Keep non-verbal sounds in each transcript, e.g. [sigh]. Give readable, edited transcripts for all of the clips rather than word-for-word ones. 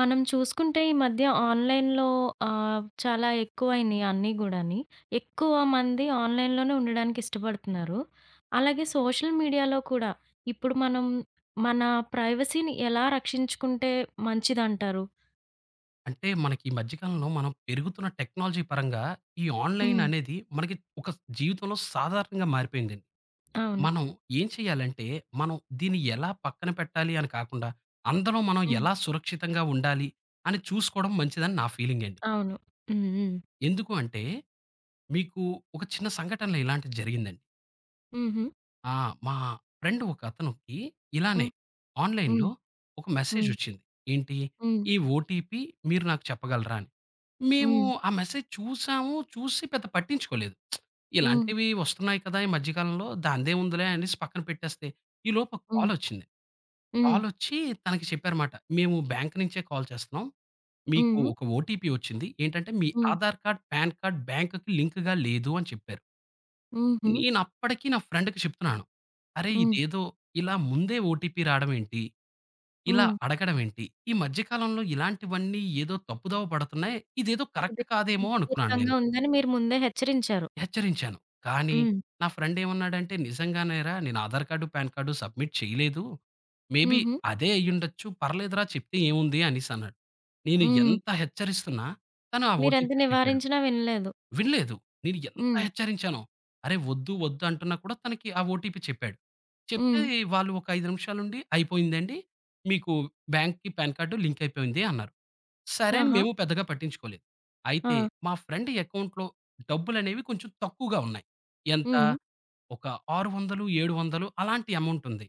మనం చూసుకుంటే ఈ మధ్య ఆన్‌లైన్‌లో చాలా ఎక్కువైనియి అన్నీ గూడాని. ఎక్కువ మంది ఆన్‌లైన్‌లోనే ఉండడానికి ఇష్టపడుతున్నారు. అలాగే సోషల్ మీడియాలో కూడా ఇప్పుడు మనం మన ప్రైవసీని ఎలా రక్షించుకుంటే మంచిదంటారు? అంటే మనకి ఈ మధ్య కాలంలో మనం పెరుగుతున్న టెక్నాలజీ పరంగా ఈ ఆన్‌లైన్ హ్మ్. అనేది మనకి ఒక జీవితంలో సాధారణంగా మారిపోయిందండి. అవును. మనం ఏం చేయాలంటే, మనం దీన్ని ఎలా పక్కన పెట్టాలి అని కాకుండా, అందులో మనం హ్మ్. ఎలా సురక్షితంగా ఉండాలి అని చూసుకోవడం మంచిదని నా ఫీలింగ్ అండి. అవును. హ్మ్. హ్మ్. ఎందుకు అంటే, మీకు ఒక చిన్న సంఘటనలో ఇలాంటిది జరిగిందండి. హుహు. ఆ! మా ఫ్రెండ్ ఒకతనికి ఇలానే హ్మ్. హ్మ్. ఆన్‌లైన్‌లో ఒక మెసేజ్ హ్మ్. వచ్చింది. ఏంటి? హ్మ్. "ఈ ఓటీపీ మీరు నాకు చెప్పగలరా?" అని. మేము హ్మ్. ఆ మెసేజ్ చూసాము. చూసి పెద్ద పట్టించుకోలేదు. హ్మ్. ఇలాంటివి వస్తున్నాయి కదా! ఈ మధ్య కాలంలో దాందేముందిలే అనేసి పక్కన పెట్టేస్తే, ఈలోపు ఒక హ్మ్. కాలొచ్చింది. హ్మ్. కాలొచ్చి తనకి చెప్పారమాట. "మేము బ్యాంక్ నుంచే కాల్ చేస్తున్నాం. మీకు హ్మ్. ఒక ఓటీపీ వచ్చింది. ఏంటంటే మీ హ్మ్. ఆధార్ కార్డ్, పాన్ కార్డ్ బ్యాంక్‌కి లింక్‌గా లేదు" అని చెప్పారు. హుహు. నేను అప్పటికి నా ఫ్రెండ్‌కి చెప్తున్నాను. "అరే! హ్మ్. ఇదేదో ఇలా ముందే ఓటీపీ రావడం ఏంటి? ఇలా హ్మ్. అడగడం ఏంటి? ఈ మధ్య కాలంలో ఇలాంటివన్నీ ఏదో తప్పుదోవ పడుతున్నాయి. ఇదేదో ఇది కరెక్ట్ కాదేమో" అనుకున్నాను స్ఫూర్తంగా నేను. ఉందని మీరు ముందే హెచ్చరించారు. హెచ్చరించాను. కానీ హ్మ్. నా ఫ్రెండేమన్నాడంటే, "నిజంగానేరా నేను Aadhaar card, PAN card submit చేయలేదు. మేబీ హుహు. అదే అయ్యుండొచ్చు. పర్లేదురా చెప్తే ఏముంది" అనేసన్నాడు. నేను హ్మ్. ఎంత హెచ్చరిస్తున్నా తను ఆ మీరెంత ఓటీపీ చెప్పాడు. నివారించినా వినలేదు. వినలేదు. నేను ఎంత హ్మ్. హెచ్చరించానో, "అరే! వద్దు, వద్దు" అంటున్నా కూడా తనకి ఆ ఓటీపీ చెప్పాడు. చెప్తే హ్మ్. వాళ్ళు ఒక 5 నిమిషాలుండి "అయిపోయిందండి. మీకు బ్యాంక్‌కి, పాన్ కార్డు లింక్ అయిపోయింది" అన్నారు. సరే అని ఆహా! మేము పెద్దగా పట్టించుకోలేదు. అయితే ఆ! మా ఫ్రెండ్ అకౌంట్‌లో డబ్బులనేవి కొంచెం తక్కువగా ఉన్నాయి. ఎంత హ్మ్. ఒక 600, 700 అలాంటి అమౌంట్ ఉంది.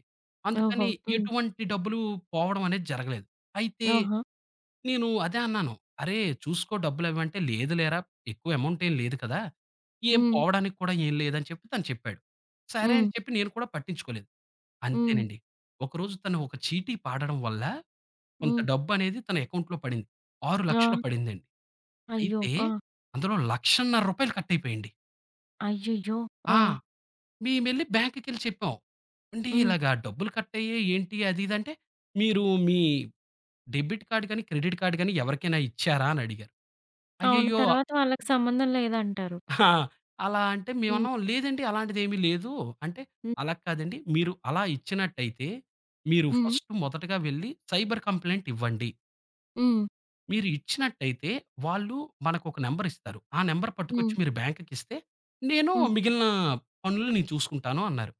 ఓహో! అందుకని హ్మ్. ఎటువంటి డబ్బులు పోవడం అనేది జరగలేదు. అయితే ఓహో! నేను అదే అన్నాను. "అరే! చూసుకో డబ్బులవి" అంటే, "లేదు లేరా ఎక్కువ అమౌంట్ ఏం లేదు కదా! ఏం హ్మ్. పోవడానికి కూడా ఏం లేదని" చెప్పి తను చెప్పాడు. సరే అని హ్మ్. చెప్పి నేను కూడా పట్టించుకోలేదు. హ్మ్. అంతేనండి. ఒకరోజు తను ఒక చీటీ పాడడం వల్ల కొంత హ్మ్. డబ్బనేది తన అకౌంట్‌లో పడింది. ఆ! 6,00,000 పడిందండి. అయ్యో! అయితే ఆ! అందులో రూ. 1,50,000 కట్టయిపోయాయండి. అయ్యయ్యో! ఆ! ఆ! మేమెళ్లి బ్యాంక్‌కెళ్లి చెప్పాం. "ఏవండీ హ్మ్. ఇలాగ డబ్బులు కట్టయ్యాయి ఏంటి అది ఇది" అంటే, "మీరు మీ డెబిట్ కార్డ్ గాని, క్రెడిట్ కార్డ్ గాని ఎవరికైనా ఇచ్చారా?" అని అడిగారు. అవును. అయ్యయ్యో! తర్వాత వాళ్ళకి సంబంధం లేదంటారు. ఆ! అలా అంటే హ్మ్. మేమన్నాం, "లేదండి అలాంటిదేమీ లేదు." అంటే, హ్మ్. "అలా కాదండి మీరు అలా ఇచ్చినట్టయితే మీరు హ్మ్. ఫస్ట్ మొదటగా వెళ్లి సైబర్ కంప్లెయింట్ ఇవ్వండి." హ్మ్. మీరు ఇచ్చినట్టయితే వాళ్ళు మనకొక నంబర్ ఇస్తారు. ఆ నంబర్ పట్టుకొచ్చి హ్మ్. మీరు బ్యాంక్‌కిస్తే, నేను హ్మ్. మిగిలిన పనులు నేను చూసుకుంటాను అన్నారు.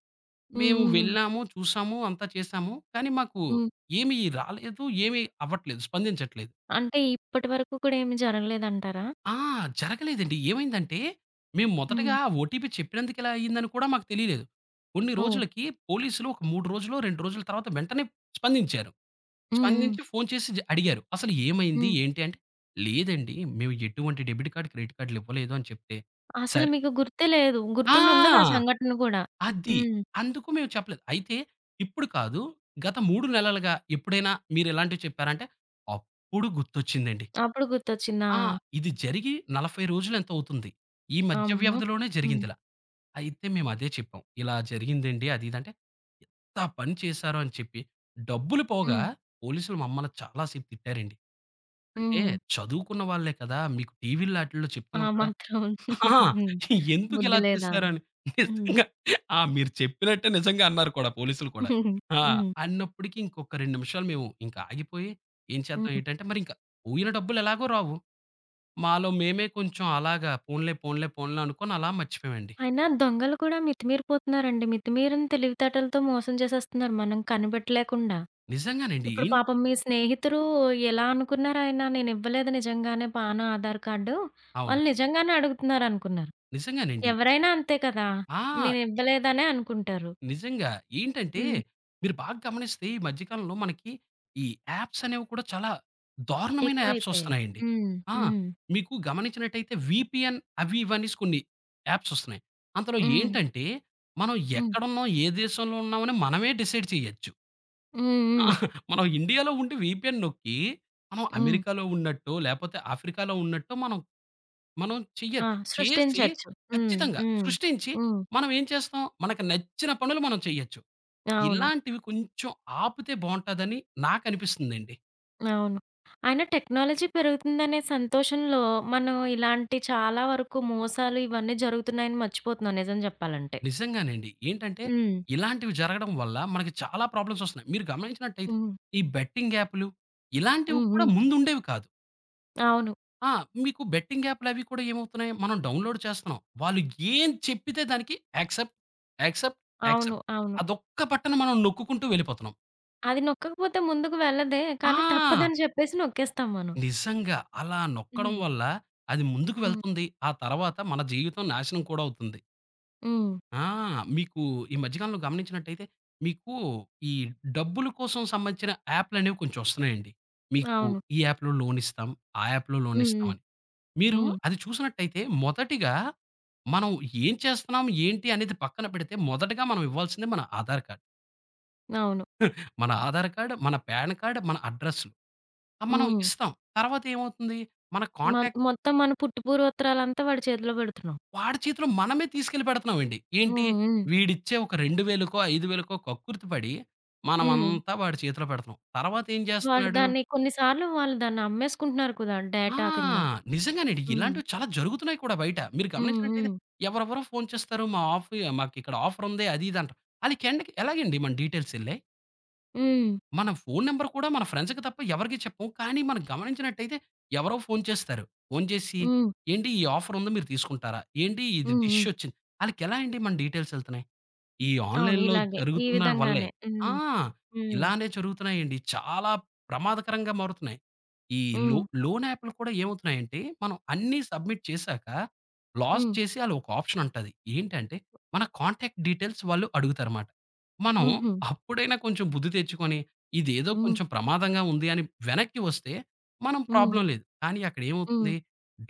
మేము హుహుహు. వెళ్ళాము, చూసాము, అంతా చేసాము. కానీ మాకు హ్మ్. ఏమీ రాలేదు, ఏమీ అవ్వట్లేదు, స్పందించట్లేదు. అంటే ఇప్పటి వరకు కూడా ఏమి జరగలేదంటారా? ఆ! జరగలేదండి. ఏమైందంటే, మేము హ్మ్. మొదటగా ఓటీపీ చెప్పినందుకు ఇలా అయిందని కూడా మాకు తెలియలేదు. కొన్ని ఓహ్! రోజులకి పోలీసులు ఒక 3 రోజులో, 2 రోజుల తర్వాత వెంటనే స్పందించారు. హ్మ్. హ్మ్. స్పందించి ఫోను చేసి అడిగారు. అసలు ఏమైంది? హ్మ్. ఏంటి? అంటే, లేదండి. మేము ఎటువంటి డెబిట్ కార్డ్, క్రెడిట్ కార్డ్‌లు ఇవ్వలేదు అని చెప్తే, అసలు సరే మీకు గుర్తే లేదు. గుర్తుండుండదా ఆ! సంఘటన కూడా? అది. హ్మ్. అందుకు మేము చెప్పలేదు. అయితే ఇప్పుడు కాదు, గత 3 నెలలుగా ఎప్పుడైనా మీరిలాంటివి చెప్పారా? అంటే, అప్పుడు గుర్తొచ్చిందండి. అప్పుడు గుర్తొచ్చిందా? ఆ! ఇది జరిగి 40 రోజులు ఎంతో అవుతుంది. ఈ మధ్య అమ్మో! వ్యవధిలోనే హ్మ్. జరిగిందిలా. అయితే మేము అదే చెప్పాం. ఇలా జరిగిందండి అది ఇది అంటే, ఎంత పని చేశారో అని చెప్పి, డబ్బులు పోగా హ్మ్. పోలీసులు మమ్మల్ని చాలా సేపు తిట్టారండి. అంటే హ్మ్. చదువుకున్న వాళ్ళే కదా! మీకు టీవీ‌ల్లో ఆటిల్లో ఆ చెప్తున్నాం కదా! మాత్రం అహా! హ్మ్. ఎందుకిలా బుద్ధి లేదా అని. చేసారని హ్మ్. నిజంగా ఆ! మీరు చెప్పినట్టే నిజంగా అన్నారు కూడా పోలీసులు కూడా. ఆ! హ్మ్. అన్నప్పటికి ఇంకొక 2 నిమిషాలు మేము ఇంక ఆగిపోయి, ఏం చేద్దాం హ్మ్. ఏటంటే మరి ఇంక పోయిన డబ్బులు ఎలాగో రావు. మాలో మేమే కొంచెం అలాగా పోన్లే, పోన్లే, పోన్లే అనుకోని అలా మర్చిపోయామండి. అయినా దొంగలు కూడా మితిమీరిపోతున్నారండి. మితిమీరిన తెలివితేటలతో మోసం చేసేస్తున్నారు మనం కనిపెట్టలేకుండా. నిజంగానండి. ఇప్పుడు ఏం పాపం మీ స్నేహితులు ఎలా అనుకున్నారాయన నేనివ్వలేదు నిజంగానే పాను, ఆధార్ కార్డు. అవును. వాళ్ళు నిజంగానే అడుగుతున్నారనుకున్నారు. నిజంగానండి. ఎవరైనా అంతే కదా! ఆ! నేనివ్వలేదనే అనుకుంటారు. నిజంగా. ఏంటంటే, హ్మ్. మీరు బాగా గమనిస్తే ఈ మధ్య కాలంలో మనకి ఈ యాప్స్ అనేవి కూడా చాలా దారుణమైన యాప్స్ ఎక్కువైపోయాయి. ఒస్తున్నాయండి. హ్మ్. ఆ! హ్మ్. మీకు గమనించినట్టయితే వీపీఎన్ అవి ఇవనేసి కొన్ని యాప్స్ ఒస్తున్నాయి. అందులో హ్మ్. ఏంటంటే, మనం హ్మ్. ఎక్కడున్నాం, ఏ దేశంలో ఉన్నామని మనమే డిసైడ్ చేయొచ్చు. హ్మ్. ఆ! హ్మ్. మనం ఇండియాలో ఉండి వీపీఎన్ నొక్కి, మనం హ్మ్. అమెరికాలో ఉన్నట్టో, లేపోతే ఆఫ్రికాలో ఉన్నట్టో మనం మనం ఆ! చెయ్యొచ్చు. చేసి సృష్టించొచ్చు. హ్మ్. ఖచ్చితంగా హ్మ్. సృష్టించి హ్మ్. మనం ఏం చేస్తాం, మనకు నచ్చిన పనులు మనం చెయ్యొచ్చు. అవును. ఇలాంటివి కొంచెం ఆపితే బావుంటదని నాకనిపిస్తుందండి. అవును. అయినా టెక్నాలజీ పెరుగుతుందనే సంతోషంలో మనం ఇలాంటి చాలా వరకు మోసాలు ఇవన్నీ జరుగుతున్నాయని మర్చిపోతున్నాం నిజం చెప్పాలంటే. నిజంగానండి. ఏంటంటే, హ్మ్. ఇలాంటివి జరగడం వల్ల మనకి చాలా ప్రాబ్లమ్స్ ఒస్తున్నాయి. మీరు గమనించినట్టయితే హ్మ్. ఈ బెట్టింగ్ యాపులు ఇలాంటివి హ్మ్. కూడా హ్మ్. ముందుండేవి కాదు. అవును. ఆ! మీకు బెట్టింగ్ యాపులవి కూడా ఏమవుతున్నాయి, మనం డౌన్‌లోడ్ చేస్తున్నాం. వాళ్ళు ఏం చెప్పితే దానికి యాక్సెప్ట్, యాక్సెప్ట్, అవును. యాక్సెప్ట్ అవును. అదొక్క బటన్ మనం నొక్కుకుంటూ వెళ్ళిపోతున్నాం. అది నొక్కకపోతే ముందుకు వెళ్ళదే. ఆ! కానీ తప్పదని చెప్పేసి నొక్కేస్తాం మనం. నిజంగా. అలా నొక్కడం హ్మ్. వల్ల అది ముందుకు హ్మ్. వెళ్తుంది. ఆ తర్వాత మన జీవితం నాశనం కూడా అవుతుంది. హ్మ్. ఆ! మీకు ఈ మధ్య కాలంలో గమనించినట్టయితే, మీకు ఈ డబ్బుల కోసం సంబంధించిన యాప్‌లనేవి కొంచెం వస్తున్నాయండి. మీకు అవును. ఈ యాప్‌లో లోన్ ఇస్తాం, ఆ యాప్‌లో లోన్ హ్మ్. హ్మ్. ఇస్తామని. మీరు హ్మ్. అది చూసినట్టయితే మొదటిగా మనం ఏం చేస్తున్నాం, ఏంటి అనేది పక్కన పెడితే మొదటగా మనం ఇవ్వాల్సింది మన ఆధార్ కార్డ్. అవును. మన ఆధార్ కార్డ్, మన పాన్ కార్డ్, మన అడ్రెస్‌లు. అవి మనం హ్మ్. ఇస్తాం. తర్వాత ఏమవుతుంది? మన మ కాంటాక్ట్స్ మొత్తం మన పుట్టు పూర్వోత్తరాలంతా వాడి చేతిలో పెడుతున్నాం. వాడి చేతిలో మనమే తీసుకెళ్ళి పెడుతున్నామండి. ఏంటి హ్మ్. హ్మ్. వీడిచ్చే ఒక 2,000కో, 5,000కో కక్కుర్తి పడి, హ్మ్. మనమంతా వాడి చేతిలో పెడుతున్నాం. తర్వాత ఏం వాడు చేస్తున్నాడు దాన్ని కొన్ని సార్లు వాళ్ళు దాన్ని అమ్మేసుకుంటున్నారు కదా! ఆ! డేటా కింద. నిజంగానండి. హ్మ్. ఇలాంటివి చాలా జరుగుతున్నాయి కూడా బయట. మీరు హ్మ్. గమనించినట్టయితే హ్మ్. ఎవరెవరో ఫోను చేస్తారు. మా ఆఫ్ మాకిక్కడ ఆఫరుంది అది ఇది అంటారు. ఆళ్ళకి ఎండకి ఎలాగండి మన డీటెయిల్స్ ఎళ్ళాయి? హ్మ్. మన ఫోను నంబర్ కూడా మన ఫ్రెండ్స్‌కి తప్ప ఎవరికీ చెప్పం. కానీ మనం గమనించినట్టయితే ఎవరో ఫోను చేస్తారు. ఫోను చేసి హ్మ్. ఏంటి ఈ ఆఫరుంది మీరు తీసుకుంటారా? ఏంటి ఇది హ్మ్. డిష్ హ్మ్. ఒచ్చింది. ఆళ్ళకెలా అండి మన డీటెయిల్స్ ఎళ్తున్నాయి? ఈ అవును. ఆన్‌లైన్‌లో ఇలాగే ఈ జరుగుతున్న వల్లే విధంగానే. ఆ! హ్మ్. హ్మ్. ఇలానే జరుగుతున్నాయండి. చాలా ప్రమాదకరంగా మారుతున్నాయి. ఈ హ్మ్. లోన్ యాప్‌లు కూడా ఏమవుతున్నాయంటే, మనం అన్నీ సబ్మిట్ చేశాక, లాస్ట్ హ్మ్. చేసి ఆళ్ళు ఒక ఆప్షన్ ఉంటది. ఏంటంటే, మన కాంటాక్ట్ డీటెయిల్స్ వాళ్ళు అడుగుతారమాట. మనం హుహు. అప్పుడైనా కొంచెం బుద్ధి తెచ్చుకొని, ఇదేదో హ్మ్. కొంచెం ప్రమాదంగా ఉంది అని వెనక్కి వస్తే, మనం హ్మ్. ప్రాబ్లమ్ లేదు. కానీ అక్కడ హ్మ్. హ్మ్. ఏమవుతుంది,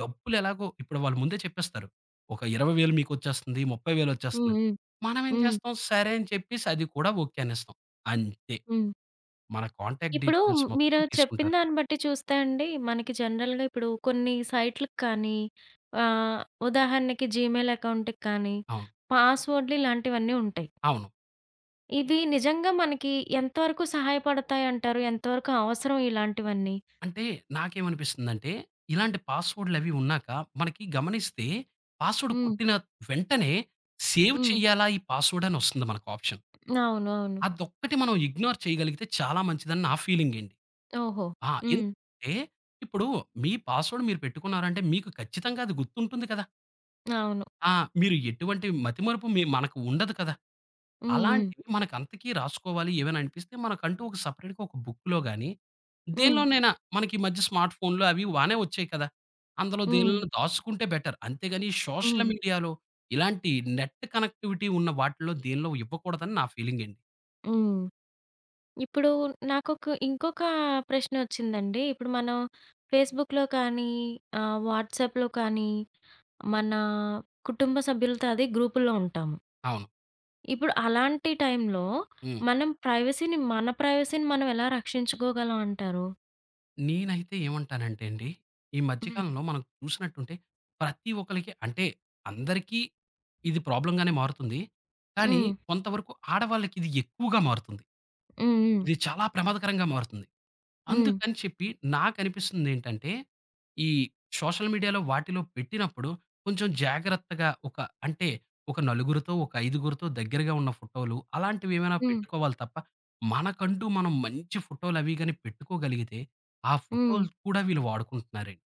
డబ్బులు ఎలాగో ఇప్పుడు వాళ్ళు ముందే చెప్పేస్తారు. ఒక 20,000 మీకొచ్చేస్తుంది, 30,000 వచ్చేస్తుందని. హ్మ్. మనమేం హ్మ్. చేస్తాం, సరే అని చెప్పేసి అది కూడా ఓకే అనేస్తాం. అంతే. హ్మ్. మన కాంటాక్ట్ ఇప్పుడు డీటెయిల్స్ మీరు మొత్తం చెప్పిన తీసుకుంటారు. దాన్ని బట్టి చూస్తే అండి, మనకి జనరల్‌గా ఇప్పుడు కొన్ని సైట్‌లకి కానీ, ఆహ్, ఉదాహరణకి జీమెయిల్ అకౌంట్‌కి కానీ, అవును. పాస్‌వర్డ్‌లు ఇలాంటివన్నీ ఉంటాయి. అవును. ఇవి నిజంగా మనకి ఎంతవరకు సహాయపడతాయంటారు? ఎంతవరకు అవసరం ఇలాంటివన్నీ? అంటే నాకేమనిపిస్తుందంటే, ఇలాంటి పాస్‌వర్డ్‌లవి ఉన్నాక మనకి గమనిస్తే పాస్‌వర్డ్ హ్మ్. కొట్టిన వెంటనే సేవ్ హ్మ్. చేయాలా ఈ పాస్‌వర్డ్ అని వస్తుంది మనకు ఆప్షన్. అవును. అవును. అదొక్కటి మనం ఇగ్నోర్ చేయగలిగితే చాలా మంచిదని నా ఫీలింగండి. ఓహో! హ్మ్. ఎందుకంటే ఇప్పుడు మీ పాస్‌వర్డ్ మీరు పెట్టుకున్నారంటే మీకు ఖచ్చితంగా అది గుర్తుంటుంది కదా! అవును. ఆ! మీరు ఎటువంటి మతిమరుపు మనకు ఉండదు కదా! హ్మ్. హ్మ్. అలాంటివి మనకంతకీ రాసుకోవాలి ఏవైనా అనిపిస్తే మనకంటూ ఒక సెపరేట్‌గా ఒక బుక్‌లో గాని, హ్మ్. దేనిలోనైనా మనకి ఈ మధ్య స్మార్ట్ ఫోన్‌లు అవి బానే వచ్చాయి కదా! అందులో హ్మ్. దేనిలోనైనా దాసుకుంటే బెటర్. అంతేగాని సోషల్ హ్మ్. మీడియాలో ఇలాంటి నెట్ కనెక్టివిటీ ఉన్న వాటిల్లో దేనిలో ఇవ్వకూడదని నా ఫీలింగండి. హ్మ్. ఇప్పుడు నాకొక ఇంకొక ప్రశ్నొచ్చిందండి. ఇప్పుడు మనం ఫేస్‌బుక్‌లో కానీ, వాట్సాప్‌లో కానీ, మన కుటుంబ సభ్యులతో అది గ్రూపుల్లో ఉంటాము. అవును. ఇప్పుడు అలాంటి టైంలో హ్మ్. మనం ప్రైవసీని మన ప్రైవసీని మనం ఎలా రక్షించుకోగలం అంటారు? నేనైతే ఏమంటానంటే అండి, ఈ మధ్య హ్మ్. కాలంలో మనం చూసినట్టుంటే ప్రతి ఒక్కళ్ళకి అంటే అందరికీ ఇది ప్రాబ్లమ్‌గానే మారుతుంది. కానీ హ్మ్. కొంతవరకు ఆడవాళ్ళకి ఇది ఎక్కువగా మారుతుంది. హ్మ్. ఇది చాలా ప్రమాదకరంగా మారుతుంది. హ్మ్. అందుకని చెప్పి నాకనిపిస్తుందేంటంటే, ఈ సోషల్ మీడియాలో వాటిలో పెట్టినప్పుడు కొంచెం జాగ్రత్తగా ఒక అంటే ఒక నలుగురితో, ఒక ఐదుగురితో దగ్గరగా ఉన్న ఫోటోలు అలాంటివేమైనా హ్మ్. పెట్టుకోవాలి తప్ప, మనకంటూ మనం మంచి ఫోటోలవి గాని పెట్టుకోగలిగితే, ఆ హ్మ్. ఫోటోలు కూడా వీళ్ళు వాడుకుంటున్నారండి.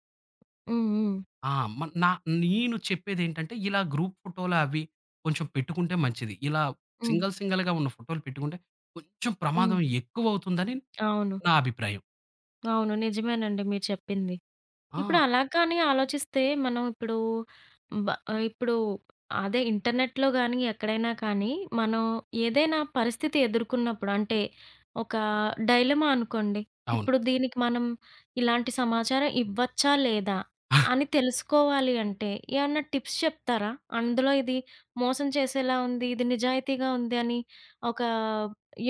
హ్మ్. హ్మ్. హ్మ్. ఆ! మ నా నేను చెప్పేదేంటంటే, ఇలా గ్రూప్ ఫోటోలు అవి కొంచెం పెట్టుకుంటే మంచిది. ఇలా హ్మ్. సింగిల్ సింగిల్‌గా ఉన్న ఫోటోలు పెట్టుకుంటే కొంచెం ప్రమాదం హ్మ్. ఎక్కువవుతుందని అవును. నా అభిప్రాయం. అవును. నిజమేనండి మీరు చెప్పింది. ఇప్పుడు ఆ! అలా కానీ ఆలోచిస్తే మనం ఇప్పుడు బ ఇప్పుడు అదే ఇంటర్నెట్‌లో గానీ, ఎక్కడైనా కానీ మనం ఏదైనా పరిస్థితి ఎదుర్కొన్నప్పుడు అంటే ఒక డైలమా అనుకోండి. అవును. ఇప్పుడు దీనికి మనం ఇలాంటి సమాచారం ఇవ్వచ్చా? లేదా? అని తెలుసుకోవాలి అంటే ఏమన్నా టిప్స్ చెప్తారా? అందులో ఇది మోసం చేసేలా ఉంది. ఇది నిజాయితీగా ఉంది అని ఒక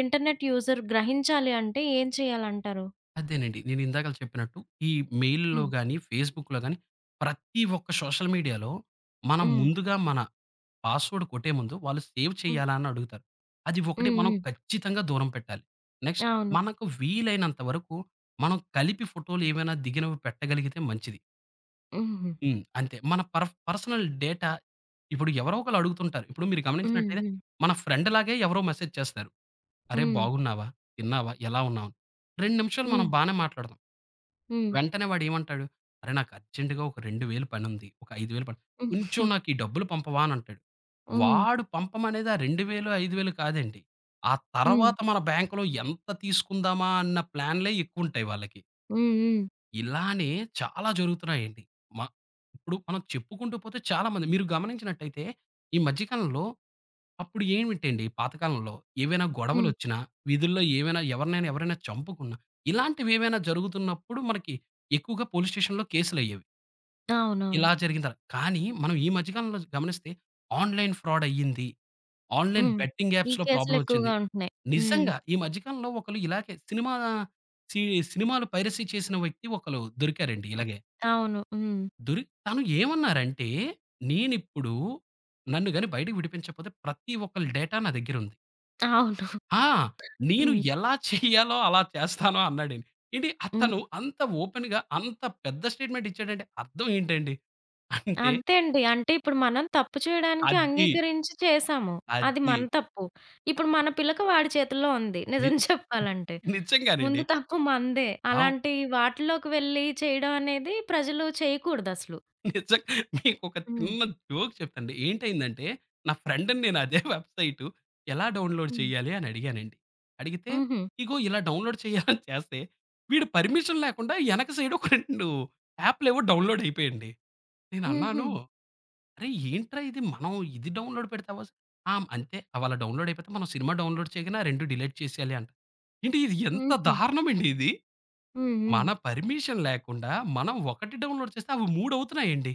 ఇంటర్నెట్ యూజర్ గ్రహించాలి అంటే ఏం చేయాలంటారు? అదేనండి. నేను ఇందాకల చెప్పినట్టు ఈ మెయిల్‌లో హ్మ్. గాని, ఫేస్‌బుక్‌లో గాని ప్రతి ఒక్క సోషల్ మీడియాలో మనం హ్మ్. ముందుగా మన పాస్‌వర్డ్ కొట్టే ముందు వాళ్ళు సేవ్ హ్మ్. చేయాలా అని అడుగుతారు. అది ఒకటి హ్మ్. మనం హ్మ్. ఖచ్చితంగా దూరం పెట్టాలి. నెక్స్ట్ అవును. మనకు వీలైనంత వరకు మనం కలిపి ఫోటోలు ఏమైనా దిగినవి పెట్టగలిగితే మంచిది. హుహు. అంతే. మన పర్సనల్ డేటా ఇప్పుడు ఎవరో ఒకళ్ళు అడుగుతుంటారు. ఇప్పుడు మీరు హ్మ్. గమనించినట్టయితే హ్మ్. మన ఫ్రెండ్ లాగే ఎవరో మెసేజ్ చేస్తారు. అరే! హ్మ్. బాగున్నావా? తిన్నావా? ఎలా ఉన్నావు? 2 నిమిషాలు మనం హ్మ్. బానే మాట్లాడదాం. హ్మ్. వెంటనే వాడేమంటాడు, అరే! నాకు అర్జెంట్‌గా ఒక 2,000 పనుంది. ఒక 5,000 పని కొంచెం హ్మ్. నాకు ఈ డబ్బులు పంపవా అని అంటాడు. హ్మ్. వాడు పంపమనేది ఆ 2,000, 5,000 కాదండి. ఆ హ్మ్. తర్వాత మన బ్యాంక్‌లో ఎంత తీసుకుందామా అన్న ప్లాన్‌లే ఎక్కువుంటాయి వాళ్ళకి. హ్మ్. ఇలానే చాలా జరుగుతున్నాయండి. మ ఇప్పుడు మనం చెప్పుకుంటూ పోతే చాలా మంది మీరు గమనించినట్టయితే ఈ మధ్య కాలంలో అప్పుడు ఏమిటండి పాతకాలంలో ఏవైనా హ్మ్. గొడవలొచ్చినా, వీధుల్లో ఏవైనా ఎవరినైనా ఎవరైనా చంపుకున్నా, ఇలాంటివేవైనా జరుగుతున్నప్పుడు మనకి ఎక్కువగా పోలీస్ స్టేషన్‌లో కేసులయ్యేవి. అవునవును. ఇలా జరిగిందని. కానీ మనం ఈ మధ్య కాలంలో గమనిస్తే ఆన్‌లైన్ ఫ్రాడ్ అయ్యింది. Online hmm. బెట్టింగ్ ఈ యాప్స్‌లో కేసులు ప్రాబ్లమ్ వచ్చింది. ఎక్కువగా ఉంటున్నాయి. హ్మ్. నిజంగా ఈ మధ్య కాలంలో ఒకళ్ళు ఇలాగే సి సినిమాలు పైరసీ చేసిన వ్యక్తి ఒకళ్ళు దొరికారండి ఇలాగే. అవును. హ్మ్. తను ఏమన్నారంటే, "నేనిప్పుడు నన్ను గాని బయటకి విడిపించకపోతే ప్రతి ఒక్కళ్ళ డేటా నా దగ్గరుంది." అవును. ఆ! నేను హ్మ్. ఎలా చెయ్యాలో అలా చేస్తాను అన్నాడండి. ఏంటి అతను హ్మ్. అంత ఓపెన్‌గా అంత పెద్ద స్టేట్‌మెంట్ ఇచ్చాడంటే అర్థం ఏంటండి? అంటే అంతే అండి. అంటే ఇప్పుడు మనం తప్పు చేయడానికి అది, అంగీకరించి చేశాము. అది అది మన తప్పు. ఇప్పుడు మన పిలక వాడి చేతుల్లో ఉంది. ని నిజం [laughs] చెప్పాలంటే. ముందు నిజంగానండి. తప్పు మనదే. అవు అలాంటి వాటిలోకి వెళ్లి చేయడం అనేది ప్రజలు చేయకూడదసలు. నిజం మీకొక హ్మ్. చిన్న జోక్ చెప్తానండి. ఏంటయిందంటే నా ఫ్రెండ్‌ని నేను అదే వెబ్‌సైటు ఎలా డౌన్‌లోడ్ హ్మ్. చేయాలి అని అడిగానండి. అడిగితే హుహు. ఇగో ఇలా డౌన్‌లోడ్ చేయాలని చేస్తే వీడు పర్మిషన్ లేకుండా ఎనక సైడ్ ఒక 2 యాప్‌లేవో డౌన్‌లోడ్ అయిపోయాయండి. హుహు. నేనన్నాను అరేయ్! ఏంట్రా ఇది మనం ఇది డౌన్‌లోడ్ పెడితే అవ్వస్ ఆ! అంతే వాళ్ళ డౌన్‌లోడ్ అయిపోతే మనం సినిమా డౌన్‌లోడ్ చేయగానే ఆ 2 డిలీట్ చేసేయాలి అంట. ఏంటి ఇది ఎంత హుహు. దారుణమండి ఇది. హ్మ్. హ్మ్. మన పర్మిషన్ లేకుండా మనం ఒకటి డౌన్‌లోడ్ చేస్తే అవి 3 అవుతున్నాయండి.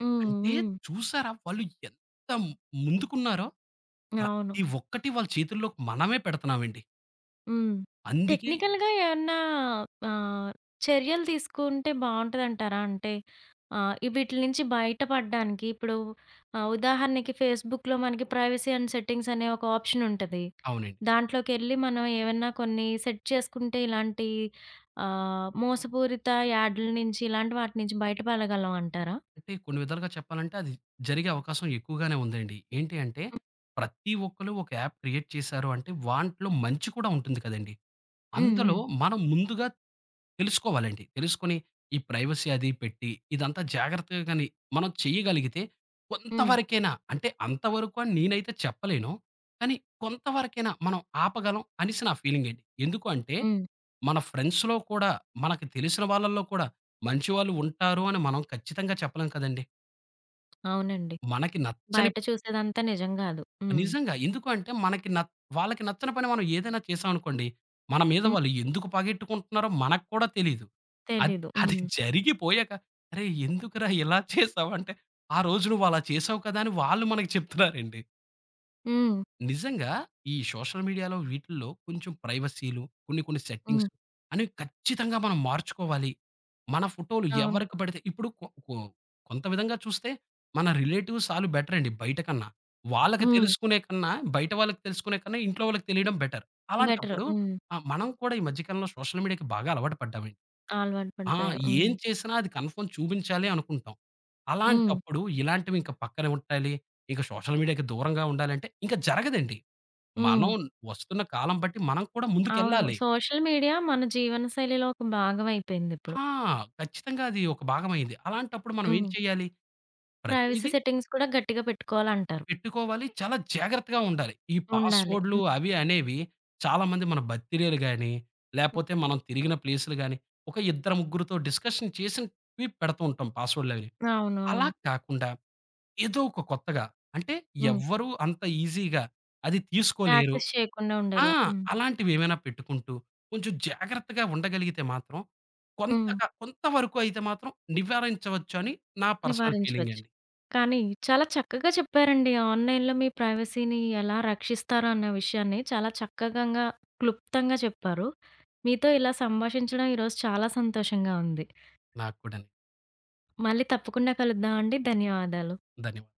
హ్మ్. అంటే హ్మ్. చూసారా వాళ్ళు ఎంత ముందుకున్నారో అవును. ప్రతి ఒక్కటి వాళ్ళ చేతుల్లోకి మనమే పెడుతున్నామండి. హ్మ్. అందుకే టెక్నికల్‌గా ఏమన్నా ఆహ్, చర్యలు తీసుకుంటే బావుంటదంటారా? అంటే ఈ వీటిల నుంచి బయటపడడానికి ఇప్పుడు ఉదాహరణకి ఫేస్‌బుక్‌లో మనకి ప్రైవసీ అండ్ సెట్టింగ్స్ అనే ఒక ఆప్షన్ ఉంటది. అవునండి. దాంట్లోకెళ్ళి మనం ఏమన్నా కొన్ని సెట్ చేసుకుంటే ఇలాంటి మోసపూరిత యాడ్‌ల నుంచి ఇలాంటి వాటి నుంచి బయటపడగలం అంటారా? అంటే కొన్ని విధాలుగా చెప్పాలంటే అది జరిగే అవకాశం ఎక్కువగానే ఉందండి. ఏంటి అంటే హ్మ్. ప్రతి ఒక్కళ్ళు ఒక యాప్ క్రియేట్ చేశారు అంటే వాంట్లో మంచి కూడా ఉంటుంది కదండీ! హ్మ్. అందులో హ్మ్. మనం ముందుగా తెలుసుకోవాలండి. తెలుసుకొని ఈ ప్రైవసీ అది పెట్టి ఇదంతా జాగ్రత్తగా గాని మనం చేయగలిగితే హ్మ్. కొంతవరకైనా అంటే అంతవరకు అని నేనైతే చెప్పలేను. కానీ కొంతవరకైనా మనం ఆపగలం అనేసి నా ఫీలింగ్ అండి. ఎందుకు అంటే హ్మ్. మన ఫ్రెండ్స్‌లో కూడా మనకు తెలిసిన వాళ్ళలో కూడా మంచి వాళ్ళు ఉంటారు అని మనం ఖచ్చితంగా చెప్పలేం కదండీ. అవునండి. మనకి నచ్చని బయట చూసేదంతా నిజం గాదు. హ్మ్. నిజంగా. ఎందుకు అంటే మనకి న వాళ్ళకి నచ్చని పని మనం ఏదైనా చేసామనుకోండి, మన మీద వాళ్ళు ఎందుకు పగెట్టుకుంటున్నారో మనకు కూడా తెలీదు. అది తెలీదు. అది హ్మ్. జరిగిపోయాక, "అరేయ్! ఎందుకురా ఇలా చేసావు?" అంటే, "ఆ రోజు నువ్వు అలా చేసావు కదా!" అని వాళ్ళు మనకు చెప్తున్నారండి. హ్మ్. నిజంగా ఈ సోషల్ మీడియాలో వీటిల్లో కొంచెం ప్రైవసీలు, కొన్ని కొన్ని సెట్టింగ్స్ హ్మ్. అనేవి ఖచ్చితంగా మనం మార్చుకోవాలి. మన ఫోటోలు అవును. ఎవరికి పడితే ఇప్పుడు కొ కొ కొంత విధంగా చూస్తే మన రిలేటివ్స్ ఆళ్ళు బెటర్ అండి బయట కన్నా. వాళ్ళకి హ్మ్. తెలుసుకునే కన్నా, బయట వాళ్ళకి తెలుసుకునే కన్నా ఇంట్లో వాళ్ళకి తెలియడం బెటర్. బెటరు. అలాంటప్పుడు హ్మ్. మనం కూడా ఈ మధ్య కాలంలో సోషల్ మీడియాకి బాగా అలవాటు పడ్డామండి. అలవాటు ఆ! పడిపోయాం. హ్మ్. ఏం చేసినా అది కన్ఫర్మ్ చూపించాలి అనుకుంటాం. హ్మ్. అలాంటప్పుడు ఇలాంటివి ఇంక పక్కన ఉండాలి. ఇంక సోషల్ మీడియాకి దూరంగా ఉండాలంటే ఇంక జరగదండి. హ్మ్. మనం వస్తున్న కాలం బట్టి మనం కూడా అవును. ముందుకెళ్ళాలి. సోషల్ మీడియా మన జీవన శైలిలో ఒక భాగం అయిపోయిందిప్పుడు. ఆ! ఖచ్చితంగా అది ఒక భాగమైంది. అలాంటప్పుడు మనం ఏం హ్మ్. చేయాలి? ప్రైవసీ ప్రతీదీ సెట్టింగ్స్ కూడా గట్టిగా పెట్టుకోవాలంటారు. పెట్టుకోవాలి. చాలా జాగ్రత్తగా ఉండాలి. ఈ ఉండాలి. పాస్‌వర్డ్‌లు హ్మ్. అవి అనేవి చాలామంది మన బర్త్‌డేలు గాని, లేపోతే మనం తిరిగిన ప్లేసులు గాని, ఒక ఇద్దరు ముగ్గురితో డిస్కషన్ చేసినవి పెడుతూ ఉంటాం పాస్‌వర్డ్‌లు అవిని. అవును. అలా అవును. కాకుండా ఏదో ఒక కొత్తగా అంటే హ్మ్. ఎవ్వరు అంత ఈజీగా అది తీసుకోలేరు. యాక్సెస్ చేయకుండా ఆ! ఉండేలా. హ్మ్. అలాంటివేమైనా పెట్టుకుంటూ, కొంచెం జాగ్రత్తగా ఉండగలిగితే మాత్రం, హ్మ్. కొంతవరకు అయితే మాత్రం నివారించవచ్చు అని నా పర్సనల్ నివారించవచ్చు. ఫీలింగండి. కానీ చాలా చక్కగా చెప్పారండి. ఆన్‌లైన్‌లో మీ ప్రైవసీని ఎలా రక్షిస్తారు అన్న విషయాన్ని చాలా చక్కగంగా, క్లుప్తంగా చెప్పారు. మీతో ఇలా సంభాషించడం ఈరోజు చాలా సంతోషంగా ఉంది. నాకు కూడాని. మళ్ళీ తప్పకుండా కలుద్దాం అండి. ధన్యవాదాలు. ధన్యవాదాలు.